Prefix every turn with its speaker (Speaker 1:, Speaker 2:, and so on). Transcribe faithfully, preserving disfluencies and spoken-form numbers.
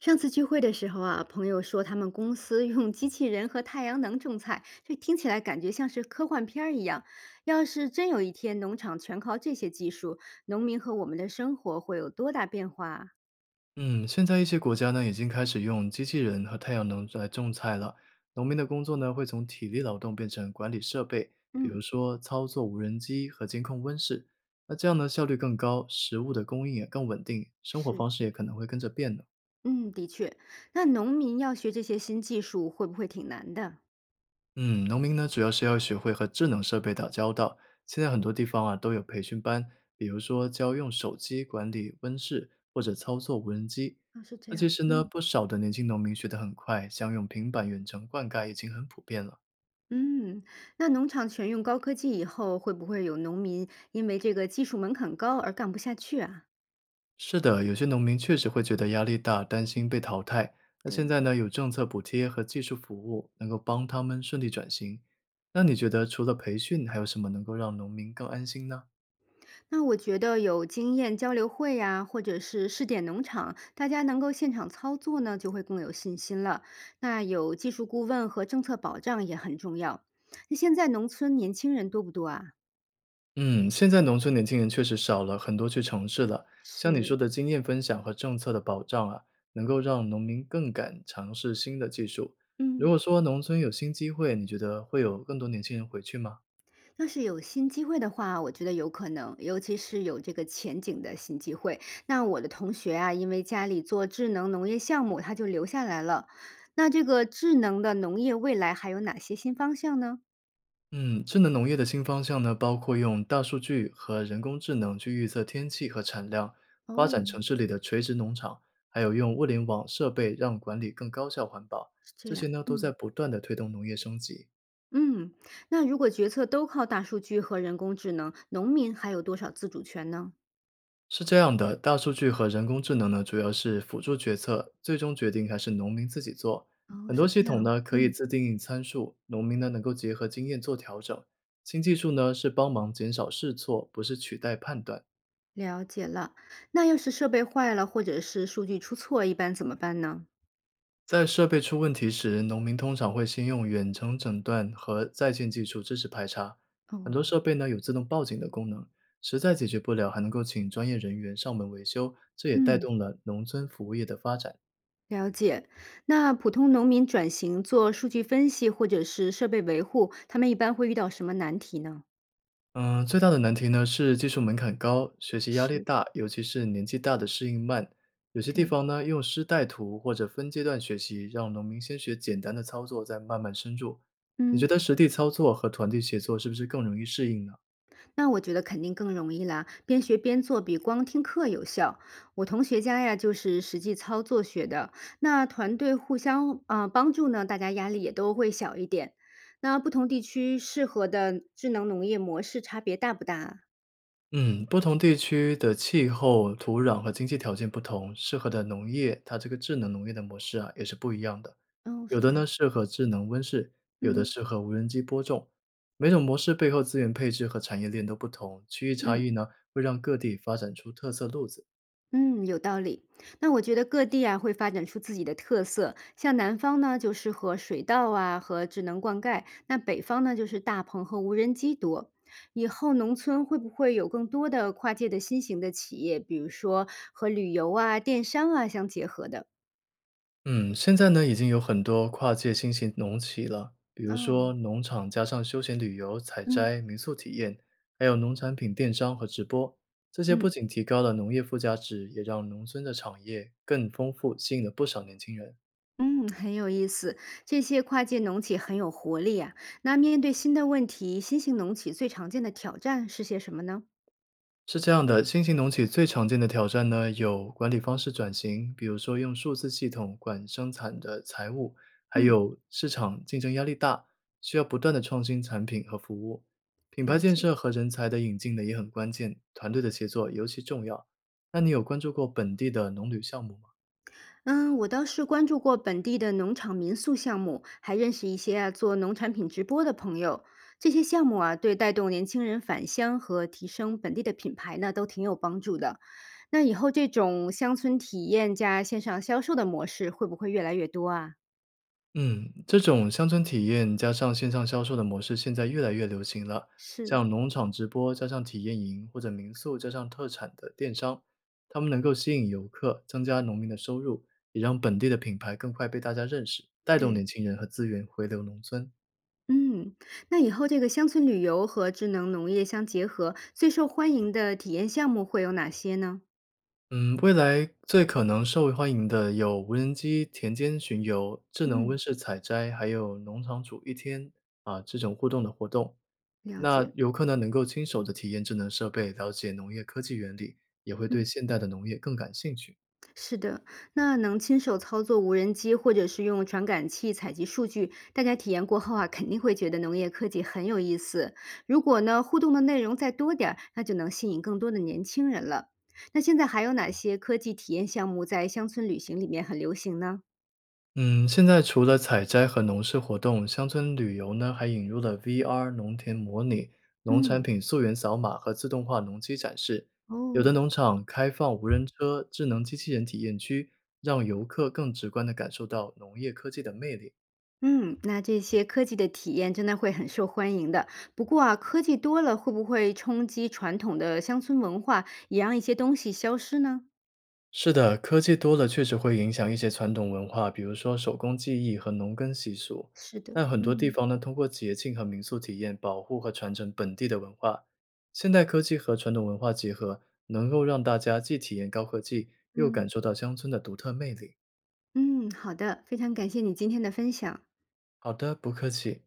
Speaker 1: 上次聚会的时候啊，朋友说他们公司用机器人和太阳能种菜，这听起来感觉像是科幻片儿一样。要是真有一天农场全靠这些技术，农民和我们的生活会有多大变化啊？
Speaker 2: 嗯，现在一些国家呢，已经开始用机器人和太阳能来种菜了。农民的工作呢，会从体力劳动变成管理设备，比
Speaker 1: 嗯，
Speaker 2: 如说操作无人机和监控温室。那这样呢，效率更高，食物的供应也更稳定，生活
Speaker 1: 是，
Speaker 2: 方式也可能会跟着变的。
Speaker 1: 嗯，的确。那农民要学这些新技术，会不会挺难的？
Speaker 2: 嗯，农民呢，主要是要学会和智能设备打交道。现在很
Speaker 1: 哦，
Speaker 2: 多地方啊都有培训班，比如说教用手机管理温室或者操作无人机。
Speaker 1: 啊是这
Speaker 2: 那其
Speaker 1: 样，
Speaker 2: 实呢，
Speaker 1: 嗯。
Speaker 2: 不少的年轻农民学得很快，像用平板远程灌溉已经很普遍了。
Speaker 1: 嗯，那农场全用高科技以后，会不会有农民因为这个技术门槛高而干不下去啊？
Speaker 2: 是的，有些农民确实会觉得压力大，担心被淘汰。那现
Speaker 1: 对，
Speaker 2: 在呢，有政策补贴和技术服务能够帮他们顺利转型。那你觉得除了培训，还有什么能够让农民更安心呢？
Speaker 1: 那我觉得有经验交流会呀、或者是试点农场，大家能够现场操作呢，就会更有信心了。那有技术顾问和政策保障也很重要。那现在农村年轻人多不多啊？
Speaker 2: 嗯，现在农村年轻人确实少了，很多去城市了。像你
Speaker 1: 是，
Speaker 2: 说的经验分享和政策的保障啊，能够让农民更敢尝试新的技术。如
Speaker 1: 嗯，
Speaker 2: 果说农村有新机会，你觉得会有更多年轻人回去吗？
Speaker 1: 要是有新机会的话，我觉得有可能，尤其是有这个前景的新机会。那我的同学啊，因为家里做智能农业项目，他就留下来了。那这个智能的农业未来还有哪些新方向呢？
Speaker 2: 嗯，智能农业的新方向呢，包括用大数据和人工智能去预测天气和产量，发展
Speaker 1: 哦，
Speaker 2: 城市里的垂直农场，还有用物联网设备让管理更高效环保。
Speaker 1: 是这
Speaker 2: 这些
Speaker 1: 样，
Speaker 2: 呢，都在
Speaker 1: 嗯。
Speaker 2: 不断的推动农业升级。
Speaker 1: 嗯，那如果决策都靠大数据和人工智能，农民还有多少自主权呢？
Speaker 2: 是这样的，大数据和人工智能呢，主要是辅助决策，最终决定还是农民自己做。
Speaker 1: 哦，
Speaker 2: 很多
Speaker 1: 是
Speaker 2: 系
Speaker 1: 这
Speaker 2: 统
Speaker 1: 样，
Speaker 2: 呢可以
Speaker 1: 嗯，
Speaker 2: 自定义参数，农民呢能够结合经验做调整。新技术呢是帮忙减少试错，不是取代判断。
Speaker 1: 了解了。那要是设备坏了，或者是数据出错，一般怎么办呢？
Speaker 2: 在设备出问题时，农民通常会先用远程诊断和在线技术支持排查。很多设
Speaker 1: 哦，
Speaker 2: 备呢有自动报警的功能，实在解决不了，还能够请专业人员上门维修，这也带
Speaker 1: 嗯，
Speaker 2: 动了农村服务业的发展。
Speaker 1: 了解。那普通农民转型做数据分析或者是设备维护，他们一般会遇到什么难题呢？
Speaker 2: 嗯，最大的难题呢是技术门槛高，学习压力
Speaker 1: 是，
Speaker 2: 大，尤其是年纪大的适应慢。有些地
Speaker 1: 对，
Speaker 2: 方呢，用师带徒或者分阶段学习，让农民先学简单的操作，再慢慢深入。你觉
Speaker 1: 嗯。
Speaker 2: 得实地操作和团队协作是不是更容易适应呢？
Speaker 1: 那我觉得肯定更容易啦，边学边做比光听课有效。我同学家呀，就是实际操作学的，那团队互相啊、呃帮助呢，大家压力也都会小一点。那不同地区适合的智能农业模式差别大不大啊？
Speaker 2: 嗯，不同地区的气候、土壤和经济条件不同，适合的农业，它这个智能农业的模式啊，也是不一样的。
Speaker 1: 哦，是
Speaker 2: 有的
Speaker 1: 这
Speaker 2: 呢
Speaker 1: 样，
Speaker 2: 适合智能温室，有的
Speaker 1: 嗯
Speaker 2: 适合无人机播种。每种模式背后资源配置和产业链都不同，区域差
Speaker 1: 嗯。
Speaker 2: 异呢，会让各地发展出特色路子。
Speaker 1: 嗯，有道理。那我觉得各地啊会发展出自己的特色，像南方呢就适合水稻啊和智能灌溉，那北方呢就是大棚和无人机多。以后农村会不会有更多的跨界的新型的企业，比如说和旅游啊、电商啊相结合的？
Speaker 2: 嗯，现在呢，已经有很多跨界新型农企了，比如说
Speaker 1: 哦，
Speaker 2: 农场加上休闲旅游、采
Speaker 1: 嗯
Speaker 2: 摘、民宿体验，还有农产品电商和直播，这些
Speaker 1: 嗯
Speaker 2: 不仅提高了农业附加值，也让农村的产业更丰富，吸引了不少年轻人。
Speaker 1: 嗯，很有意思。这些跨界农企很有活力啊。那面对新的问题，新型农企最常见的挑战是些什么呢？
Speaker 2: 是这样的，新型农企最常见的挑战呢，有管理方式转型，比如说用数字系统管生产的财务，还
Speaker 1: 嗯，
Speaker 2: 有市场竞争压力大，需要不断的创新产品和服务。品牌
Speaker 1: 了
Speaker 2: 建
Speaker 1: 解。
Speaker 2: 设和人才的引进呢也很关键，团队的协作尤其重要。那你有关注过本地的农旅项目吗？
Speaker 1: 嗯，我倒是关注过本地的农场民宿项目，还认识一些啊做农产品直播的朋友。这些项目啊，对带动年轻人返乡和提升本地的品牌呢，都挺有帮助的。那以后这种乡村体验加线上销售的模式，会不会越来越多啊？
Speaker 2: 嗯，这种乡村体验加上线上销售的模式，现在越来越流行了。
Speaker 1: 是，
Speaker 2: 像农场直播加上体验营，或者民宿加上特产的电商，他们能够吸引游客，增加农民的收入，也让本地的品牌更快被大家认识，带动年
Speaker 1: 对，
Speaker 2: 轻人和资源回流农村。
Speaker 1: 嗯，那以后这个乡村旅游和智能农业相结合，最受欢迎的体验项目会有哪些呢？
Speaker 2: 嗯，未来最可能受欢迎的有无人机田间巡游、智能温
Speaker 1: 嗯。
Speaker 2: 室采摘，还有农场主一天啊这种互动的活动。
Speaker 1: 了
Speaker 2: 那
Speaker 1: 解，
Speaker 2: 游客呢，能够亲手的体验智能设备，了解农业科技原理，也会对
Speaker 1: 嗯。
Speaker 2: 现代的农业更感兴趣。
Speaker 1: 是的，那能亲手操作无人机或者是用传感器采集数据，大家体验过后啊，肯定会觉得农业科技很有意思。如果呢，互动的内容再多点儿，那就能吸引更多的年轻人了。那现在还有哪些科技体验项目在乡村旅行里面很流行呢？
Speaker 2: 嗯，现在除了采摘和农事活动，乡村旅游呢还引入了 V R 农田模拟、农产
Speaker 1: 嗯，
Speaker 2: 品溯源扫码和自动化农机展示。有的
Speaker 1: 哦。
Speaker 2: 农场开放无人车、智能机器人体验区，让游客更直观的感受到农业科技的魅力。
Speaker 1: 嗯，那这些科技的体验真的会很受欢迎的。不过啊，科技多了会不会冲击传统的乡村文化，也让一些东西消失呢？
Speaker 2: 是的，科技多了确实会影响一些传统文化，比如说手工技艺和农耕习俗。
Speaker 1: 是的，
Speaker 2: 但很多地
Speaker 1: 嗯
Speaker 2: 方呢，通过节庆和民宿体验保护和传承本地的文化。现代科技和传统文化结合，能够让大家既体验高科技，又
Speaker 1: 嗯。
Speaker 2: 感受到乡村的独特魅力。
Speaker 1: 嗯，好的，非常感谢你今天的分享。
Speaker 2: 好的，不客气。